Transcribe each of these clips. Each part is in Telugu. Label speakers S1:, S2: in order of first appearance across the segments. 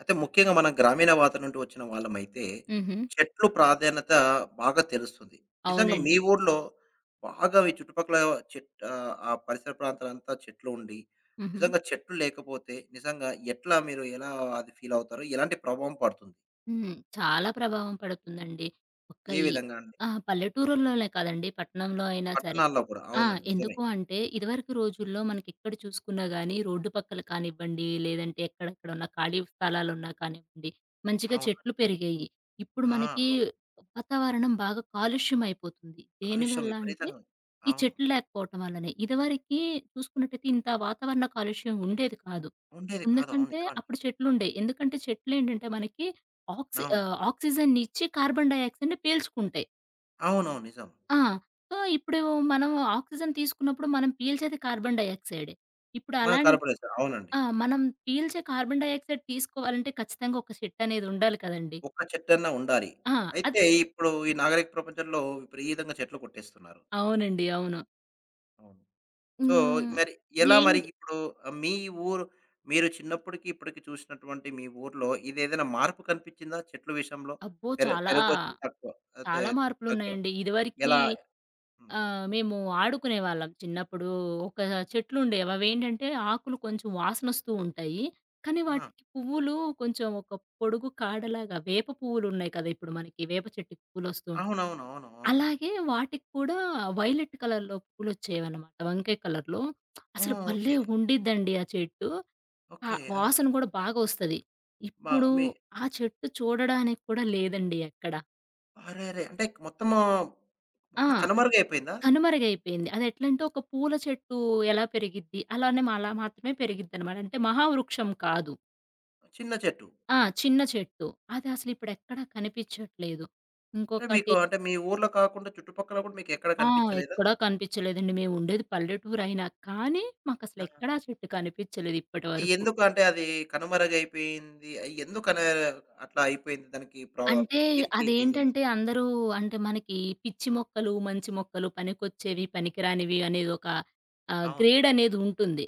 S1: అయితే ముఖ్యంగా మనం గ్రామీణ వాత నుండి వచ్చిన వాళ్ళమైతే,
S2: హుహు.
S1: చెట్లు ప్రాధాన్యత బాగా తెలుస్తుంది. నిజంగా
S2: అవునండి.
S1: మీ ఊర్లో బాగా మీ చుట్టుపక్కల ఆ పరిసర ప్రాంతాలంతా చెట్లు ఉండి,
S2: హుహు.
S1: నిజంగా చెట్లు లేకపోతే నిజంగా మీరు ఎలా అది ఫీలవుతారు? ఎలాంటి ప్రభావం పడుతుంది?
S2: హ్మ్. చాలా ప్రభావం పడుతుందండి. ఒక్క
S1: ఏ
S2: ఈ
S1: విధంగా అండి?
S2: ఆ! పల్లెటూరుల్లోనే కాదండి, పట్టణంలో అయినా సరే.
S1: పట్టణాల్లో కూడా.
S2: ఆ!
S1: అవునండి. నిజమే.
S2: ఎందుకు అంటే, ఇదివరకు రోజుల్లో మనకెక్కడ చూసుకున్నా గానీ, రోడ్డు పక్కల కానివ్వండి, లేదంటే ఎక్కడెక్కడ ఉన్న ఖాళీ స్థలాలున్నా కానివ్వండి, మంచిగా
S1: అవును.
S2: చెట్లు పెరిగేయి. ఇప్పుడు
S1: ఆ!
S2: మనకి
S1: అవును.
S2: వాతావరణం బాగా కాలుష్యమైపోతుంది.
S1: కాలుష్యం
S2: దేనివల్ల అంటే,
S1: విపరీతంగా ఉంది.
S2: ఈ
S1: అవును.
S2: చెట్లు లేకపోవటం వల్లనే. ఇదివరకి చూసుకున్నట్టయితే ఇంత వాతావరణ కాలుష్యం ఉండేది కాదు.
S1: ఉండేది కాదు. అవును.
S2: ఎందుకంటే,
S1: నిజమండి.
S2: అప్పుడు చెట్లుండేయి. ఎందుకంటే చెట్లేంటంటే మనకి
S1: అవును.
S2: ఆక్సిజన్‌నిచ్చి కార్బన్ డయాక్సైడ్‌ని పీల్చుకుంటాయి.
S1: అవునవును. నిజం.
S2: ఆ! సో, ఇప్పుడు మనం ఆక్సిజన్ తీసుకున్నప్పుడు మనం పీల్చేది కార్బన్ డయాక్సైడే. ఇప్పుడు
S1: మనం
S2: అలాన్
S1: కార్పొరేషన్ అవునండి.
S2: ఆ! మనం పీల్చే కార్బన్ డయాక్సైడ్ తీసుకోవాలంటే ఖచ్చితంగా ఒక షెడ్ అనేది ఉండాలి కదండీ!
S1: ఒక్క చెట్టన్నా ఉండాలి.
S2: ఆ! అది
S1: అయితే ఇప్పుడు ఈ నాగరిక ప్రపంచంలో విపరీతంగా చెట్లు కొట్టేస్తున్నారు.
S2: అవునండి. అవును.
S1: అవును. సో,
S2: హ్మ్.
S1: మరి ఎలా
S2: ఏంటి
S1: ఇప్పుడు మీ ఊరు మీరు చిన్నప్పటికి, ఇప్పటికి చూసినటువంటి మీ ఊర్లో ఇదేదైనా మార్పు కనిపించిందా చెట్ల విషయంలో?
S2: అబ్బో!
S1: పెరగొచ్చు తక్కువ. అయితే
S2: చాలా
S1: తగ్గడం.
S2: మార్పులున్నాయండి. ఇదివరకి
S1: ఎలా? హ్మ్.
S2: ఆ! మేము ఆడుకునేవాళ్ళం చిన్నప్పుడు. ఒక చెట్లుండేవి. అవేంటంటే ఆకులు కొంచెం వాసనొస్తూ ఉంటాయి. కానీ
S1: ఆ!
S2: వాటికి పువ్వులు కొంచెం ఒక పొడుగు కాడలాగా వేప పువ్వులున్నాయి కదా! ఇప్పుడు మనకి వేప చెట్టుకి పువ్వులొస్తూ ఉంటాయి.
S1: అవునవును. అవును. అవునండి.
S2: అలాగే వాటికి కూడా వైలెట్ కలర్‌లో పూలొచ్చేవన్నమాట. వంకాయ కలర్‌లో.
S1: ఓహ్!
S2: అసలు భలే
S1: ఓకే.
S2: ఉండిద్దండి ఆ చెట్టు. ఆ
S1: ఓకే.
S2: వాసన
S1: ఆ!
S2: కూడా బాగా వస్తది.
S1: మా
S2: ఇప్పుడు
S1: మీ
S2: ఆ చెట్టు చూడడానికి కూడా లేదండి ఎక్కడ.
S1: అరెరే! అంటే మొత్తము
S2: ఆ!
S1: మొత్తం కనుమరుగైపోయిందా?
S2: కనుమరుగైపోయింది. అదెట్లంటే ఒక పూల చెట్టు ఎలా పెరిగిద్ది, అలానే మ అలా మాత్రమే పెరిగిద్దనమాట. అంటే మహావృక్షం కాదు.
S1: చిన్న చెట్టు.
S2: ఆ! చిన్న చెట్టు. అదసలిప్పుడెక్కడా కనిపిచ్చట్లేదు.
S1: అంటే మీకు
S2: ఇంకొకటి
S1: అంటే మీ ఊర్లో కాకుండా చుట్టుపక్కల కూడా మీకెక్కడ
S2: ఆ!
S1: కనిపించలేదా?
S2: ఎక్కడా కనిపిచ్చలేదండి. మేముండేది పల్లెటూరయినా కానీ,
S1: ఆ!
S2: మాకసలెక్కడా ఆ చెట్టు కనిపిచ్చలేదు ఇప్పటి వరకు.
S1: ఎందుకు అంటే అది కనుమరుగైపోయింది. ఎందుకని అట్లా అయిపోయింది? దానికి ప్ర
S2: అంటే
S1: ఏంటి రీజన్స్?
S2: అదేంటంటే అందరూ అంటే మనకి పిచ్చి మొక్కలు, మంచి మొక్కలు, పనికొచ్చేవి, పనికిరానివి అనేది ఒక
S1: అవును.
S2: గ్రేడ్ అనేది ఉంటుంది.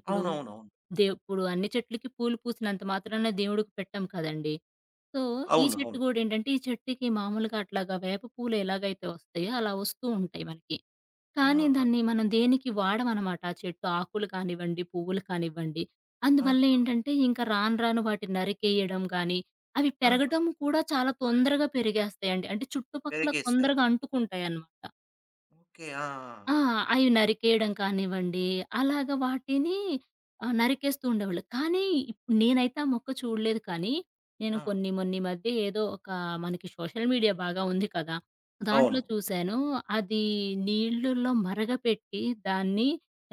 S2: ఇప్పుడు
S1: అవునవునవును.
S2: ఇప్పుడు అన్ని చెట్లకి పూలు పూసినంత మాత్రాన దేవుడికి పెట్టం కదండీ! సో, ఈ
S1: అవును.
S2: చెట్టు
S1: అవును.
S2: గూడా ఏంటంటే, ఈ చెట్టుకి మామూలుగా అట్లాగా వేప పూలు ఎలాగైతే వస్తాయో అలా వస్తూ ఉంటాయి మనకి.
S1: అవును
S2: కానీ
S1: అవును
S2: దాన్ని మనం దేనికి వాడమనమాట. ఆ చెట్టు ఆకులు కానివ్వండి, పువ్వులు కానివ్వండి.
S1: ఆ!
S2: అందువల్ల
S1: ఆ!
S2: ఏంటంటే ఇంకా రాను రాను వాటిని నరికేయడం గానీ, అవి
S1: ఆ! ఆ!
S2: పెరగటం కూడా చాలా తొందరగా పెరిగేస్తాయండి. అంటే చుట్టుపక్కల
S1: పెరిగేస్తాయి.
S2: తొందరగా అంటుకుంటాయనమాట.
S1: ఓకే. ఆ!
S2: ఆ! అవి నరికేయడం కానివ్వండి, అలాగ వాటిని నరికేస్తూ ఉండేవాళ్ళు. కానీ నేనైతే ఆ మొక్క చూడలేదు కానీ, నేను
S1: ఆ! ఆ!
S2: మొన్నీ మధ్య ఏదో ఒక మనకి సోషల్ మీడియా బాగా ఉంది కదా! దాంట్లో
S1: అవును.
S2: చూశాను. అది నీళ్ళల్లో మరగపెట్టి దాన్ని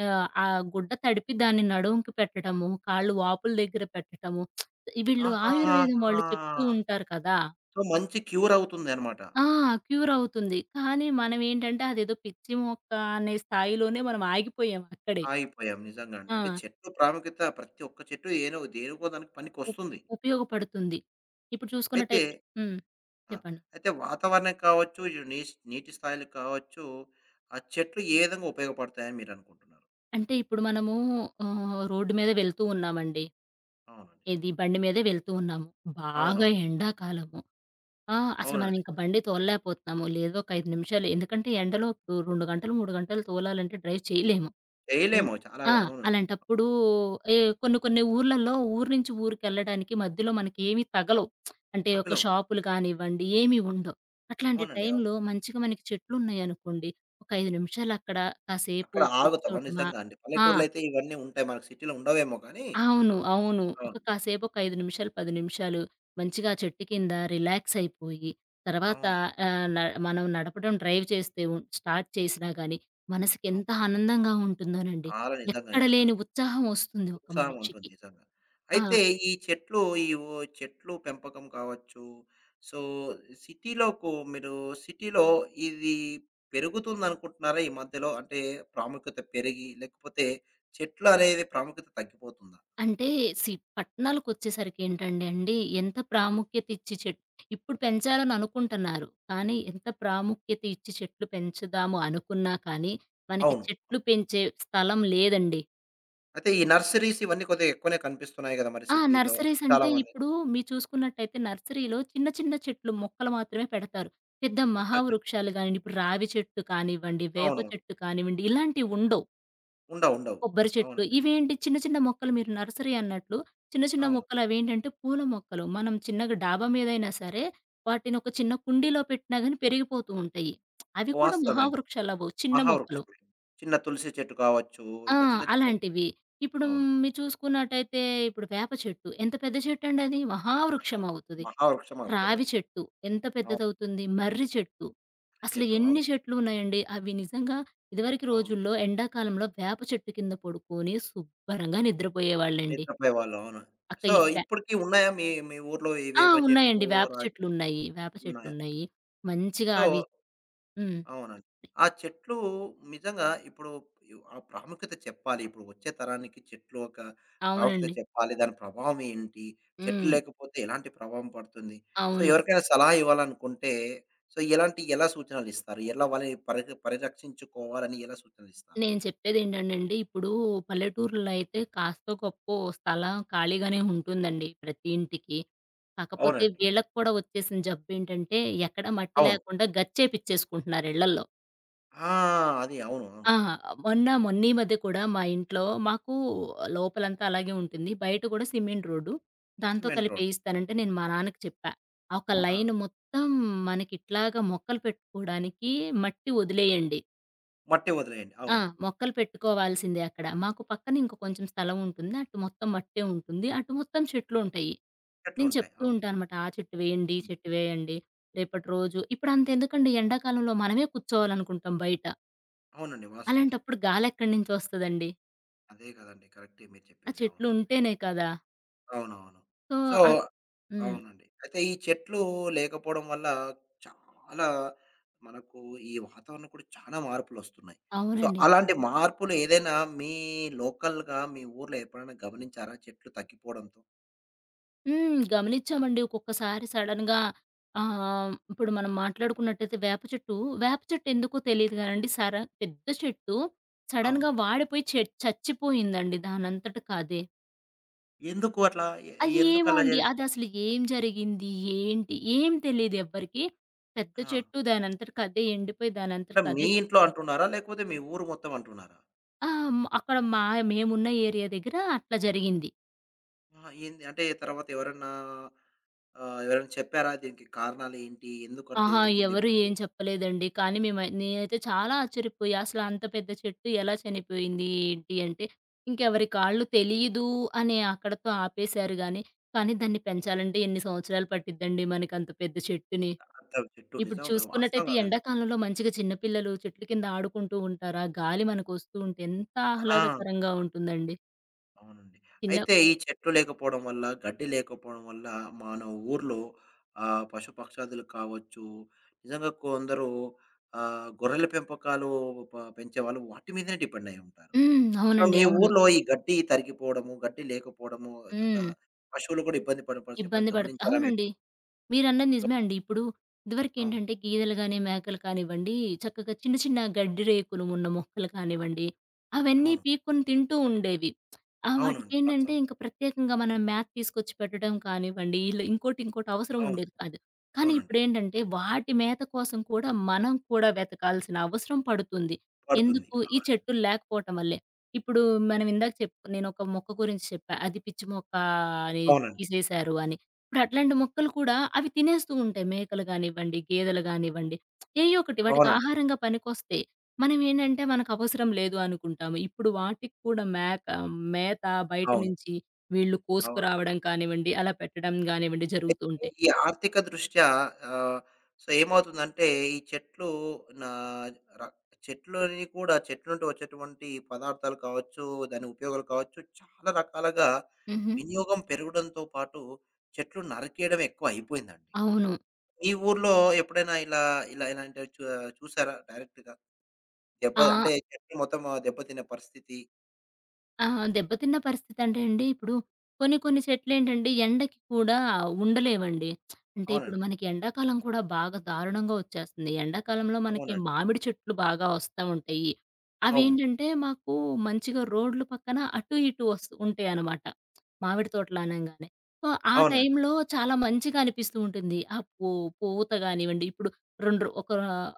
S2: ఆహ్, ఆ గుడ్డ తడిపి దాన్ని నడుముకి పెట్టడము, కాళ్ళు వాపుల దగ్గర పెట్టడము. వీళ్ళు ఆయుర్వేదం వాళ్ళు
S1: ఆహాహాహా!
S2: చెప్తూ ఉంటారు కదా!
S1: సో, మంచి క్యూర్ అవుతుందన్నమాట.
S2: ఆ! క్యూర్ అవుతుంది. కానీ మనం ఏంటంటే అదేదో పిచ్చి మొక్క అనే స్థాయిలోనే మనం ఆగిపోయాం అక్కడే.
S1: ఆగిపోయాం నిజంగా అండి. అంటే
S2: ఆ!
S1: చెట్టు ప్రాముఖ్యత ప్రతి ఒక్క చెట్టు ఏనో దేనికో దానికి
S2: ఉప్
S1: పనికొస్తుంది.
S2: ఉపయోగపడుతుంది. ఇప్పుడు
S1: అయితే
S2: చూసుకున్నట్టయితే హ్మ్.
S1: ఆ!
S2: చెప్పండి.
S1: అయితే వాతావరణం కావచ్చు, ఈ నీస్ నీటి స్థాయిలు కావచ్చు, ఆ చెట్లు ఏ విధంగా ఉపయోగపడతాయని మీరనుకుంటున్నారు?
S2: అంటే ఇప్పుడు మనము రోడ్డు మీద వెళ్తూ ఉన్నామండి.
S1: అవునండి.
S2: ఏది బండి మీదే వెళ్తూ ఉన్నాము. బాగా
S1: అవునవును.
S2: ఎండాకాలము. ఆ! అసలు మనం
S1: అవునండి.
S2: ఇంక బండి తోలలేకపోతున్నాము. లేదో ఒక 5 నిమిషాలు, ఎందుకంటే ఎండలో ఇప్పుడు 2 గంటలు, 3 గంటలు తోలాలంటే డ్రైవ్ చేయలేము. హ్మ్.
S1: చేయలేము. చాలా
S2: ఆ!
S1: అవును.
S2: అలాంటప్పుడు ఏ కొన్ని కొన్ని ఊర్లలో ఊరు నుంచి ఊరికెళ్ళడానికి మధ్యలో మనకేమి తగలవు. అంటే ఒక
S1: తగలవు.
S2: షాపులు కానివ్వండి ఏమి ఉండవు. అట్లాంటి
S1: అవునండి.
S2: టైంలో
S1: అవును.
S2: మంచిగా మనకి చెట్లున్నాయనుకోండి, ఒక 5 నిమిషాలక్కడ కాసేపు
S1: అక్కడ ఆగుతాం. అవును.
S2: కూర్చోటమా.
S1: నిజంగా అండి.
S2: ఆ!
S1: పల్లెటూర్లో అయితే ఇవన్నీ ఉంటాయి. మనకు సిటీలో ఉండవేమో కానీ.
S2: అవును. అవును. ఒక
S1: అవును.
S2: కాసేపు ఒక 5 నిమిషాలు, 10 నిమిషాలు మంచిగా చెట్టు కింద రిలాక్స్ అయిపోయి, తర్వాత
S1: అవునండి.
S2: ఆహ్, న మనం నడపడం డ్రైవ్ చేస్తే స్టార్ట్ చేసినా గానీ, మనసుకెంత
S1: అవును.
S2: ఆనందంగా ఉంటుందోనండి.
S1: చాలా నిజంగా.
S2: ఎక్కడ
S1: నిజంగా.
S2: లేని ఉత్సాహం ఒస్తుంది ఒక
S1: ఉత్సాహం ఉంటుంది
S2: మనిషికి.
S1: నిజంగా.
S2: ఆ!
S1: అయితే ఈ చెట్లు ఈ ఓ చెట్లు పెంపకం కావచ్చు. సో, సిటీలోకు మీరు సిటీలో ఇది పెరుగుతుందనుకుంటున్నారా ఈ మధ్యలో? అంటే ప్రాముఖ్యత పెరిగి లేకపోతే చెట్లు అనేది ప్రాముఖ్యత తగ్గిపోతుందా?
S2: అంటే సి పట్టణాలకొచ్చేసరికి ఏంటండి అండి, ఎంత ప్రాముఖ్యత ఇచ్చి ఇప్పుడు పెంచాలని అనుకుంటున్నారు. కానీ ఎంత ప్రాముఖ్యత ఇచ్చి చెట్లు పెంచుదాము అనుకున్నా కానీ, మనకి
S1: అవును.
S2: చెట్లు పెంచే స్థలం లేదండి.
S1: అయితే ఈ నర్సరీస్ ఇవన్నీ కొద్దిగా ఎక్కువనే కనిపిస్తున్నాయి గదా! మరి
S2: ఆ!
S1: సిటీలో
S2: నర్సరీస్ అంటే
S1: చాలామంది.
S2: ఇప్పుడు మీరు చూసుకున్నట్టయితే నర్సరీలో చిన్న చిన్న చెట్లు మొక్కలు మాత్రమే పెడతారు. పెద్ద
S1: మొక్కలు చే
S2: మహావృక్షాలు గానియండి, ఇప్పుడు రావి చెట్టు కానివ్వండి, వేప
S1: అవునవును.
S2: చెట్టు కానివ్వండి ఇలాంటివి ఉండవు.
S1: ఉండవు. ఉండవు.
S2: కొబ్బరి చెట్లు
S1: అవునండి.
S2: ఇవేంటి చిన్న చిన్న మొక్కలు మీరు నర్సరీ అన్నట్లు చిన్న చిన్న
S1: అవును.
S2: మొక్కలు అవేంటంటే పూల మొక్కలు. మనం చిన్నగా డాబా మీదైనా సరే వాటిని ఒక చిన్న కుండీలో పెట్టినా గాని పెరిగిపోతూ ఉంటాయి. అవి కూడా
S1: వాస్తవమే అండి.
S2: మహావృక్షాలవ్వవు, చిన్న మొక్కలు.
S1: మహావృక్షమే. చిన్న తులసి చెట్టు కావచ్చు.
S2: ఆ!
S1: ఇట్లా చిన్న చిన్నవి.
S2: అలాంటివి. ఇప్పుడు
S1: అవును.
S2: మీరు చూసుకున్నట్టయితే ఇప్పుడు వేప చెట్టు ఎంత పెద్ద చెట్టండి, అది మహావృక్షం అవుతది.
S1: మహా వృక్షం
S2: రావి
S1: అవుతదది.
S2: చెట్టు ఎంత
S1: అవును.
S2: పెద్దదవుతుంది. మర్రి చెట్టు. అసలు
S1: చెట్టు.
S2: ఎన్ని
S1: అవును.
S2: చెట్లు ఉన్నాయండి. అవి నిజంగా ఇదివరకు
S1: అవును.
S2: రోజుల్లో ఎండాకాలంలో వేప చెట్టు కింద పడుకొని శుభ్రంగా నిద్రపోయేవాళ్ళండి.
S1: నిద్రపోయేవాళ్ళు. అవును.
S2: అక్క
S1: సో,
S2: ఈ ఫ్యా
S1: ఇప్పటికి ఉన్నాయా మీ మీ ఊర్లో ఈ
S2: ఆ!
S1: వేప చెట్లు,
S2: ఉన్నాయండి.
S1: రాగి
S2: వేప
S1: ఉన్నాయా?
S2: చెట్లున్నాయి. మంచిగా
S1: సో
S2: అవి హ్మ్.
S1: అవునండి. ఆ చెట్లు నిజంగా ఇప్పుడు ఆ ప్రాముఖ్యత చెప్పాలి. ఇప్పుడు వచ్చే తరానికి చెట్లు ఒక ప్రాముఖ్యత
S2: అవునండి.
S1: చెప్పాలి. దాని ప్రభావం ఏంటి? చెట్లు
S2: హ్మ్.
S1: లేకపోతే ఎలాంటి ప్రభావం పడుతుంది? సో,
S2: అవును.
S1: ఎవరికైనా సలహా ఇవ్వాలనుకుంటే సో, ఎలా సూచనలిస్తారు? ఎలా వాళ్ళని పరిరక్షించుకోవాలని ఎలా సూచనలిస్తారు?
S2: నేను చెప్పేదేంటంటేండి, ఇప్పుడు పల్లెటూర్లలో అయితే కాస్తో గొప్పో స్థలం ఖాళీగానే ఉంటుందండి ప్రతి ఇంటికి. కాకపోతే
S1: అవునండి.
S2: వీళ్ళకి కూడా వచ్చేసిన జబ్బేంటంటే, ఎక్కడ మట్టి
S1: అవును.
S2: లేకుండా గచ్చేపిచ్చేసుకుంటున్నారు ఇళ్ళల్లో.
S1: ఆ! అది. అవును. అవును.
S2: ఆ! మొన్న మొన్న ఈ మధ్య కూడా మా ఇంట్లో మాకు లోపలంతా అలాగే ఉంటుంది. బయట కూడా సిమెంట్ రోడ్డు. దాంతో
S1: సిమెంట్ రోడ్.
S2: కలిపేయిస్తానంటే నేను మా నాన్నకి చెప్పా. "ఆ, ఒక
S1: ఆ!
S2: లైన్ మొత్తం మనకిట్లాగా మొక్కలు పెట్టుకోవడానికి మట్టి వదిలేయండి."
S1: మట్టే వదిలేయండి.
S2: ఆ!
S1: అవును.
S2: మొక్కలు పెట్టుకోవాల్సిందే అక్కడ. మాకు పక్కన ఇంక కొంచెం స్థలం ఉంటుంది. అటు మొత్తం మట్టే ఉంటుంది. అటు మొత్తం చెట్లుంటాయి. నేను
S1: చెట్లుంటాయి.
S2: చెప్తూ
S1: అవును.
S2: ఉంటానమాట. ఆ చెట్టు వేయండి,
S1: హ్మ్.
S2: చెట్టు వేయండి. రేపటి రోజు ఇప్పుడు అంతెందుకండి, ఎండాకాలంలో మనమే కూర్చోవాలనుకుంటాం బయట.
S1: అవునండి. వాస్తవం.
S2: అలాంటప్పుడు గాలెక్కడి నుంచొస్తదండి?
S1: అదే కదండీ! కరెక్టే మీరు
S2: ఆ
S1: చెప్పింది. అవును.
S2: చెట్లు ఉంటేనే కదా!
S1: అవునవును.
S2: సో,
S1: సో
S2: అన్ హ్మ్.
S1: అవునండి. అయితే ఈ చెట్లు లేకపోవడం వల్ల చాలా మనకు ఈ వాతావరణం కూడా చాలా మార్పులొస్తున్నాయి. సో,
S2: అవునండి.
S1: అలాంటి మార్పులు ఏదైనా మీ లోకల్‌గా మీ ఊర్లో ఎప్పుడైనా గమనించారా? చెట్లు తగ్గిపోవడంతో?
S2: హ్మ్. గమనిచ్చామండి. ఒక్కొక్కసారి సడెన్‌గా ఇప్పుడు మనం మాట్లాడుకున్నట్టయితే వేప చెట్టు, వేప చెట్టు ఎందుకో తెలీదు గానండి పెద్ద చెట్టు
S1: అవును.
S2: సడెన్‌గా వాడిపోయి చచ్చిపోయిందండి దానంతటకి అదే.
S1: ఎందుకు అట్లా? ఎ
S2: అది ఏమో
S1: ఎందుకలా
S2: అండి,
S1: జరిగింది?
S2: అదసలు ఏం జరిగింది? ఏంటి? ఏం తెలీదు ఎవ్వరికీ. పెద్ద
S1: ఆ!
S2: చెట్టు దానంతటికి అదే ఎండిపోయి
S1: అంటే
S2: దానంతటికి
S1: మీ
S2: అదే
S1: ఇంట్లో
S2: చచ్చిపోయి
S1: అంటున్నారా? లేకపోతే మీ ఊరు మొత్తం అంటున్నారా?
S2: ఆ! అక్కడ మా మేమున్న ఏరియా దగ్గర అట్లా జరిగింది.
S1: ఆహా! ఏంది? అంటే తర్వాత ఎవరన్నా ఎవరైనా చెప్పారా? దీనికి కారణాలేంటి? ఎందుకలా
S2: ఆహా!
S1: జరిగింది?
S2: ఎవరు
S1: ఎప్పుడండి?
S2: ఏం చెప్పలేదండి. కానీ నేనైతే చాలా ఆశ్చర్యపోయా. అసలు అంత పెద్ద చెట్టు ఎలా చనిపోయింది? ఏంటి అంటే, ఇంకెవరి కాళ్ళు తెలీదు అనే అక్కడతో ఆపేశారు గానీ, కానీ దాన్ని పెంచాలంటే ఎన్ని సంవత్సరాలు పట్టిద్దండి మనకంత పెద్ద చెట్టుని.
S1: అర్థం చెట్టు
S2: ఇప్పుడు
S1: నిజంగా వాస్తవం
S2: చూసుకున్నట్టయితే
S1: కదండీ.
S2: ఎండాకాలంలో మంచిగా చిన్న పిల్లలు చెట్ల కింద ఆడుకుంటూ ఉంటారు. ఆ గాలి మనకొస్తూ ఉంటే ఎంత
S1: ఆ!
S2: ఆహ్లాదకరంగా ఉంటుందండి.
S1: అవునండి.
S2: చిన్న
S1: అయితే ఈ చెట్లు లేకపోవడం వల్ల, గడ్డి లేకపోవడం వల్ల మన ఊర్లో పశుపక్షాదులు కావచ్చు, నిజంగా కొందరు గొర్రెల పెంపకాలు పెంచేవాళ్ళు వాటి మీదనే డిపెండ్ అయ్యి ఉంటారు.
S2: హ్మ్.
S1: సో,
S2: అవునండి.
S1: మీ
S2: అవును.
S1: ఊర్లో ఈ గడ్డి తరిగిపోవడము, గడ్డి లేకపోవడము, తత
S2: హ్మ్.
S1: పశువులు కూడా ఇబ్బంది పడిన పరిస్థితి ఎప్పుడైనా
S2: ఇబ్బంది పడత్
S1: గమనించారా మీరు?
S2: అవునండి. మీరన్నది
S1: అవును.
S2: నిజమే అండి. ఇప్పుడు
S1: అవును.
S2: ఇదివరకేంటంటే గేదెలు గాని, మేకలు కానివ్వండి, చక్కగా చిన్న చిన్న గడ్డి రేకులు ఉన్న మొక్కలు కానివ్వండి, అవన్నీ
S1: అవును.
S2: పీక్కొని తింటూ ఉండేవి. ఆ!
S1: అవునండి.
S2: వాటికేంటంటే
S1: వాస్తవం.
S2: ఇంక ప్రత్యేకంగా మనం మేత తీసుకొచ్చి పెట్టడం కానివ్వండి, ఇలా ఇంకోటి ఇంకోటి అవసరం
S1: అవును.
S2: ఉండేది కాదు. కానీ
S1: అవునండి.
S2: ఇప్పుడేంటంటే వాటి మేత కోసం కూడా మనం కూడా వెతకాల్సిన అవసరం పడుతుంది.
S1: పడుతుంది.
S2: ఎందుకు? ఈ
S1: అవును.
S2: చెట్టులు లేకపోవటం వల్లే. ఇప్పుడు మనం ఇందాక నేనొక మొక్క గురించి చెప్పా. అది పిచ్చి మొక్క అని
S1: అవునండి.
S2: తీసేశారు అని. ఇప్పుడు అట్లాంటి మొక్కలు కూడా అవి తినేస్తూ ఉంటాయి. మేకలు గానివ్వండి, గేదెలు గానివ్వండి. ఏయో ఒకటి వాటికి
S1: అవునండి.
S2: ఆహారంగా పనికొస్తాయి. మనం ఏంటంటే మనకవసరం లేదు అనుకుంటాము. ఇప్పుడు వాటికి కూడా మేత బయట
S1: అవును.
S2: నుంచి వీళ్ళు
S1: అవునండి.
S2: కోసుకురావడం కానివ్వండి, అలా పెట్టడం గానివ్వండి జరుగుతూ
S1: అయితే
S2: ఉంటాయి.
S1: ఈ ఆర్థిక దృష్ట్యా ఆహ్, సో, ఏమవుతుందంటే ఈ చెట్లు నా ర చెట్లని కూడా చెట్ల నుండి వచ్చేటువంటి పదార్థాలు కావచ్చు, దాని ఉపయోగాలు కావచ్చు చాలా రకాలుగా
S2: హుహు.
S1: వినియోగం పెరగడంతో పాటు చెట్లు నరికేయడం ఎక్కువ అయిపోయిందండి.
S2: అవును.
S1: మీ ఊర్లో ఎప్పుడైనా ఇలా ఇలా ఇలాంటివి చూసారా డైరెక్ట్‌గా? దెబ్బ
S2: ఆ!
S1: అంటే చెట్లు మొత్తం దెబ్బతినే పరిస్థితి
S2: ఆ! దెబ్బతిన్న పరిస్థితంటే అండి, ఇప్పుడు కొన్ని కొన్ని చెట్లేంటంటే ఎండకి కూడా ఉండలేవండి. అంటే ఇప్పుడు
S1: అవునండి.
S2: మనకి ఎండాకాలం కూడా బాగా దారుణంగా వచ్చేస్తుంది. ఎండాకాలంలో మనకి
S1: అవునండి.
S2: మామిడి చెట్లు బాగా వస్తా ఉంటాయి.
S1: అవును.
S2: అవేంటంటే మాకు మంచిగా రోడ్లు పక్కన అటు ఇటు వస్తూ ఉంటాయనమాట. మామిడి తోటలు అనంగానే. సో, ఆ
S1: అవునండి.
S2: టైంలో చాలా మంచిగా అనిపిస్తూ ఉంటుంది. ఆ పూ పూత గానివ్వండి, ఇప్పుడు 2 రో ఒక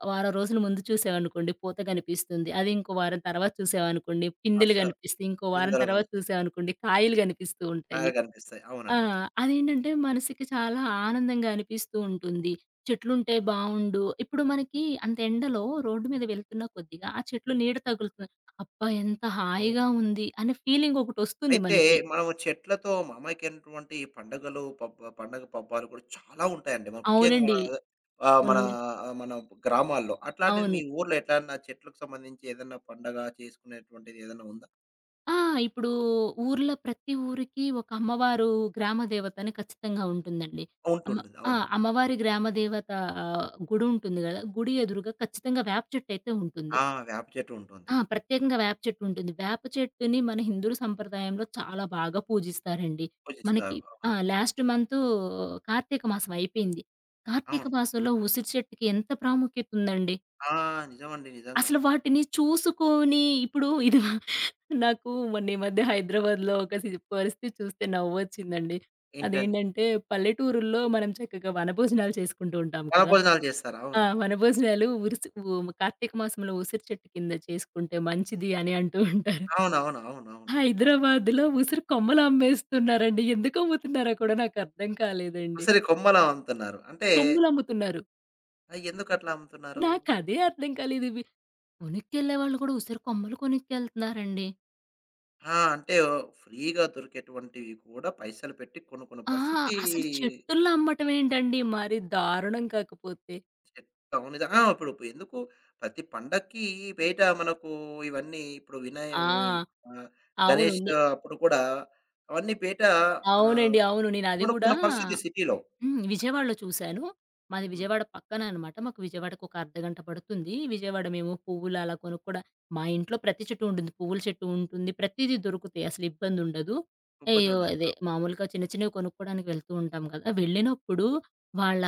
S2: వారం రోజుల ముందు చూసామనుకోండి పూత కనిపిస్తుంది. అది ఇంకో వారం తర్వాత చూసామనుకోండి పిందెలు
S1: అస్సలు
S2: కనిపిస్తాయి. ఇంకో వారం
S1: పిందెలు
S2: తర్వాత
S1: కలుస్తాయి.
S2: చూసామనుకోండి కాయలు కనిపిస్తూ ఉంటాయి.
S1: కాయలు కనిపిస్తాయి. అవునండి.
S2: ఆ! అదేంటంటే మనసుకి చాలా ఆనందంగా అనిపిస్తూ ఉంటుంది. చెట్లుంటే బావుండు. ఇప్పుడు మనకి అంత ఎండలో రోడ్డు మీద వెళ్తున్న కొద్దిగా ఆ చెట్లు నీడ తగులుతుంది. అబ్బా! ఎంత
S1: అవును.
S2: హాయిగా ఉంది అనే ఫీలింగ్ ఒకటొస్తుంది
S1: అయితే
S2: మనకి.
S1: మనము చెట్లతో మామయ్యకైనటువంటి పండుగలు, పండగ పబ్బాలు కూడా చాలా ఉంటాయండి. ముఖ్యంగా
S2: అవునండి.
S1: ఆహ్, మన
S2: ఉన్నాయి.
S1: మన గ్రామాల్లో. అట్లాంటిది
S2: అవును.
S1: మీ ఊర్లో ఎట్లన్నా చెట్లకు సంబంధించి ఏదన్నా పండగ చేసుకునేటువంటిది ఏదన్నా ఉందా?
S2: ఆ! ఇప్పుడు ఊర్లో ప్రతి ఊరికి ఒక అమ్మవారు గ్రామ దేవతని ఖచ్చితంగా ఉంటుందండి. అమ్మ
S1: ఉంటుంటుంది.
S2: ఆ!
S1: అవును.
S2: అమ్మవారి గ్రామ దేవత గుడి ఉంటుంది గదా! గుడి ఎదురుగా ఖచ్చితంగా వేప చెట్టయితే ఉంటుంది.
S1: ఆ! వేప చెట్టు ఉంటుంది.
S2: ఆ! ప్రత్యేకంగా వేప చెట్టు ఉంటుంది. వేప చెట్టుని మన హిందువుల సంప్రదాయంలో చాలా బాగా పూజిస్తారండి. మనకి
S1: పూజిస్తారు. అవును.
S2: ఆ! లాస్ట్ మంతు కార్తీక మాసం అయిపోయింది. కార్తీక
S1: అవును.
S2: మాసంలో ఉసిరి చెట్టుకి ఎంత ప్రాముఖ్యత ఉందండి.
S1: ఆ! నిజమండి. నిజంగా.
S2: అసలు వాటిని చూసుకొని ఇప్పుడు ఇది మా- నాకు మొన్న ఈ మధ్య హైదరాబాద్‌లో ఒక పరిస్థితి చూస్తే నవ్వొచ్చిందండి.
S1: ఏంటండి?
S2: అదేంటంటే పల్లెటూరుల్లో మనం చక్కగా వనభోజనాలు చేసుకుంటూ ఉంటాం కదా!
S1: వనభోజనాలు చేస్తారు.
S2: ఆ!
S1: అవును.
S2: వనభోజనాలు ఉరిసి ఉ కార్తీక మాసంలో ఉసిరి చెట్టు కింద చేసుకుంటే మంచిది అని అంటూ ఉంటారు.
S1: అవునవును. అవునవును.
S2: హైదరాబాద్‌లో ఉసిరి కొమ్మలు అమ్మేస్తున్నారండి. ఎందుకు అమ్ముతున్నారో కూడా నాకు అర్థం కాలేదండి.
S1: ఉసిరి కొమ్మలా అమ్ముతున్నారు. అంటే
S2: కొమ్ములు అమ్ముతున్నారు.
S1: ఎందుకట్లా అమ్ముతున్నారు?
S2: నాకదే అర్థం కాలేదు. ఇవి కొనుక్కెళ్ళేవాళ్ళు కూడా ఉసిరి కొమ్మలు కొనుక్కెళ్తున్నారండి.
S1: ఆ! అంటే ఫ్రీగా దొరికేటువంటివి కూడా పైసలు పెట్టి కొనుక్కున్న
S2: ఆ!
S1: పరిస్థితి
S2: అసలు చెట్టుల్లో అమ్మటం ఏంటండి, మరి దారుణం కాకపోతే.
S1: అవును. నిజం ఆ! ఇప్పుడు ఎందుకు ప్రతి పండక్కి బయట మనకు ఇవన్నీ ఇప్పుడు వినయ్
S2: ఆ!
S1: ఆహ్,
S2: అవును.
S1: గణేష్ అప్పుడు కూడా అవన్నీ బయట ఆహ్,
S2: అవునండి. అవును. నేనది గూడా
S1: కొనుక్కున్న పరిస్థితి సిటీలో.
S2: హ్మ్. విజయవాడలో చూశాను. మాది
S1: హ్మ్.
S2: విజయవాడ పక్కన అనమాట. మాకు విజయవాడకి ఒక అర్ధగంట పడుతుంది. విజయవాడ మేము పువ్వులు అలా మా ఇంట్లో ప్రతి చెట్టు ఉంటుంది. పువ్వుల చెట్టు ఉంటుంది. ప్రతీదీ దొరుకుతాయి. అసలు ఇబ్బందుండదు. అయ్యో!
S1: ఇబ్బందుండదు.
S2: అదే మామూలుగా చిన్న చిన్నవి కొనుక్కోడానికి వెళ్తూ ఉంటాం కదా! వెళ్ళినప్పుడు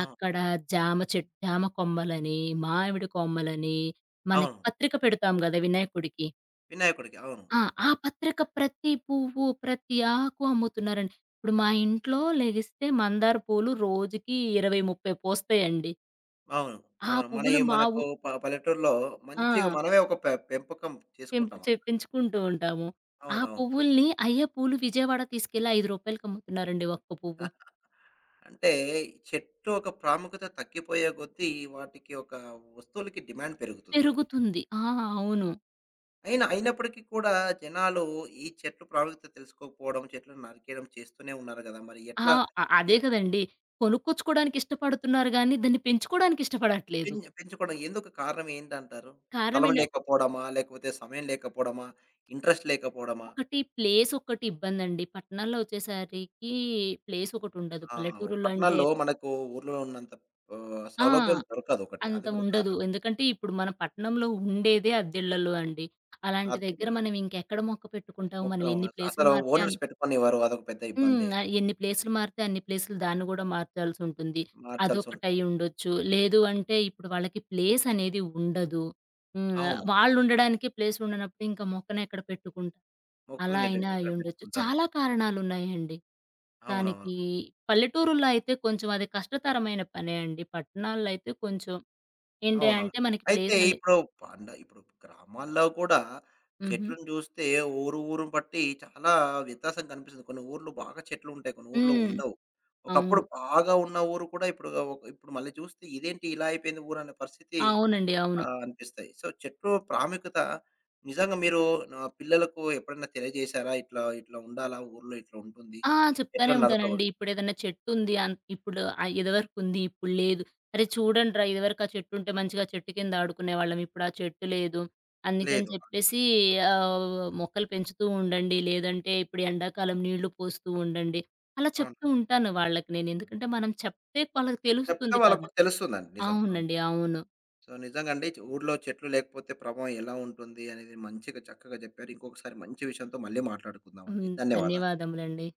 S1: అవును.
S2: జామ కొమ్మలని, మామిడి కొమ్మలని, మనకి
S1: అవును.
S2: పత్రిక పెడతాం గదా వినాయకుడికి.
S1: వినాయకుడికి. అవును.
S2: ఆ! ఆ పత్రిక ప్రతి పువ్వు, ప్రతి ఆకు అమ్ముతున్నారండి. ఇప్పుడు మా ఇంట్లో లెగిస్తే మందార పూలు రోజుకి 20, 30 పూస్తాయండి.
S1: అవును.
S2: ఆ
S1: అవును. మనయి
S2: పువ్వులు మా
S1: మనకు
S2: ఊ
S1: ప పల్లెటూరులో
S2: ఆ!
S1: మంచిగా మనమే ఒక పెంపకం
S2: తెంపు
S1: చేసుకుంటాం అక్కడ.
S2: తెప్పించుకుంటూ ఉంటాము. ఆ
S1: అవునవును.
S2: పువ్వుల్ని అయ్యే పూలు విజయవాడ తీసుకెళ్ళి ₹5కి అమ్ముతున్నారండి ఒక్క పువ్వు.
S1: అంటే చెట్టు ఒక ప్రాముఖ్యత తగ్గిపోయే కొద్దీ వాటికి ఒక వస్తువులకి డిమాండ్ పెరుగుతుంది.
S2: పెరుగుతుంది. ఆ! అవును.
S1: అయినా అయినప్పటికీ కూడా జనాలు ఈ చెట్లు ప్రాముఖ్యత తెలుసుకోకపోవడం, చెట్లను నరికేయడం చేస్తూనే ఉన్నారు గదా! మరి
S2: ఆ!
S1: ఎట్లా
S2: అ- అదే
S1: ఎ
S2: కదండీ! కొనుక్కొచ్చుకోవడానికి ఇష్టపడుతున్నారు గానీ, దాన్ని పెంచుకోవడానికి ఇష్టపడట్లేదు.
S1: పెంచుకోవడం ఎందుకు కారణం ఏంటంటారు? స్థలం
S2: కారణమేంట
S1: లేకపోవడమా? లేకపోతే సమయం లేకపోవడమా? ఇంట్రెస్ట్ లేకపోవడమా?
S2: ఒకటి ప్లేస్ ఒక్కటి ఇబ్బందండి. పట్టణాల్లో వచ్చేసరికి ప్లేస్ ఒకటుండదు.
S1: ఆ!
S2: పల్లెటూరులో అంటే
S1: పట్టణాల్లో మనకు ఊర్లో ఉన్నంత
S2: ఆ!
S1: సౌలభ్యం దొరకదు ఒకటి.
S2: అంత
S1: అది కూడా
S2: ఉండదు.
S1: కారణం.
S2: ఎందుకంటే ఇప్పుడు మన పట్టణంలో ఉండేదే అద్దెళ్లలో అండి. అలాంటి దగ్గర
S1: ఆర్‌టిపిలో
S2: మనం ఇంకెక్కడ మొక్క పెట్టుకుంటాం? మనం
S1: మొక్కలు
S2: ఎన్ని ప్లేసులు
S1: అసలు
S2: మారితే అన్
S1: ఓనర్స్ పెట్టుకొనివ్వరు. అదొక పెద్ద
S2: హ్మ్.
S1: ఇబ్బందే.
S2: ఎన్ని ప్లేసులు మారితే అన్ని ప్లేసులు దాన్ని గూడా మార్చాల్సుంటుంది.
S1: మార్చాల్సి
S2: అదొకటయి
S1: ఉంటుంది.
S2: ఉండొచ్చు. లేదు అంటే ఇప్పుడు వాళ్ళకి ప్లేస్ అనేది ఉండదు. హ్మ్.
S1: అవును.
S2: వాళ్ళుండడానికే ప్లేస్ ఉండనప్పుడు ఇంకా మొక్కనెక్కడ పెట్టుకుంటారు?
S1: మొక్కగా
S2: అలా
S1: నెట్టేది
S2: అయినా
S1: ఇక్కడ
S2: అయ్యుండొచ్చు.
S1: పెట్టుకుంటారు.
S2: చాలా కారణాలున్నాయండి.
S1: అవునవును.
S2: దానికి పల్లెటూరుల్లో అయితే కొంచెం అది కష్టతరమైన పనే అండి. పట్టణాల్లో అయితే కొంచెం ఏంటి
S1: అవునవును.
S2: అంటే మనకి
S1: అయితే
S2: ప్లేస్ అనే
S1: ఇప్పుడు ఇప్పుడు గ్రామాల్లో కూడా
S2: హుహు.
S1: చెట్లను చూస్తే ఊరు ఊరుని బట్టి చాలా వ్యత్యాసం కనిపిస్తుంది. కొన్ని ఊర్లు బాగా చెట్లు ఉంటాయి. కొన్ని ఊర్లో
S2: హ్మ్.
S1: ఉండవు. ఒకప్పుడు
S2: అవును.
S1: బాగా ఉన్న ఊరు కూడా ఇప్పుడు, ఇప్పుడు మళ్ళీ చూస్తే ఇదేంటి ఇలా అయిపోయింది ఊరు అనే పరిస్థితి
S2: అవునండి.
S1: ఆ!
S2: అవును.
S1: అనిపిస్తాయి. సో, చెట్టు ప్రాముఖ్యత నిజంగా మీరు నా పిల్లలకు ఎప్పుడైనా తెలియజేశారా? ఇట్లా, ఇట్లా ఉండాలా ఊర్లో ఇట్లా ఉంటుంది.
S2: ఆ! చెప్తానే
S1: చెట్లను నరకకూడదు.
S2: ఉంటానండి. ఇప్పుడేదన్నా చెట్టుంది అన్ ఇప్పుడు ఇదివరకుంది, ఇప్పుడు లేదు. "అరే! చూడండిరా, ఇదివరకు ఆ చెట్టుంటే మంచిగా చెట్టు కింద ఆడుకునేవాళ్ళం. ఇప్పుడు ఆ చెట్టు లేదు. అందుకని
S1: లేదు. అవును.
S2: చెప్పేసి ఆహ్, మొక్కలు పెంచుతూ ఉండండి. లేదంటే ఇప్పుడు ఎండాకాలం నీళ్లు పోస్తూ ఉండండి." అలా చెప్తూ
S1: అవునండి.
S2: ఉంటాను వాళ్ళకి నేను. ఎందుకంటే మనం చెప్తే వాళ్ళకి
S1: చెప్తే
S2: తెలుస్తుంది
S1: వాళ్ళకి
S2: కదా!
S1: కూడా తెలుస్తుందండి. నిజం. అవును.
S2: అవునండి. అవును.
S1: సో, నిజంగా అండి చ- ఊర్లో చెట్లు లేకపోతే ప్రభావం ఎలా ఉంటుంది అనేది మంచిగా చక్కగా చెప్పారు. ఇంకొకసారి మంచి విషయంతో మళ్ళీ మాట్లాడుకుందామండి.
S2: హ్మ్.
S1: ధన్యవాదాలు.
S2: ధన్యవాదములండి.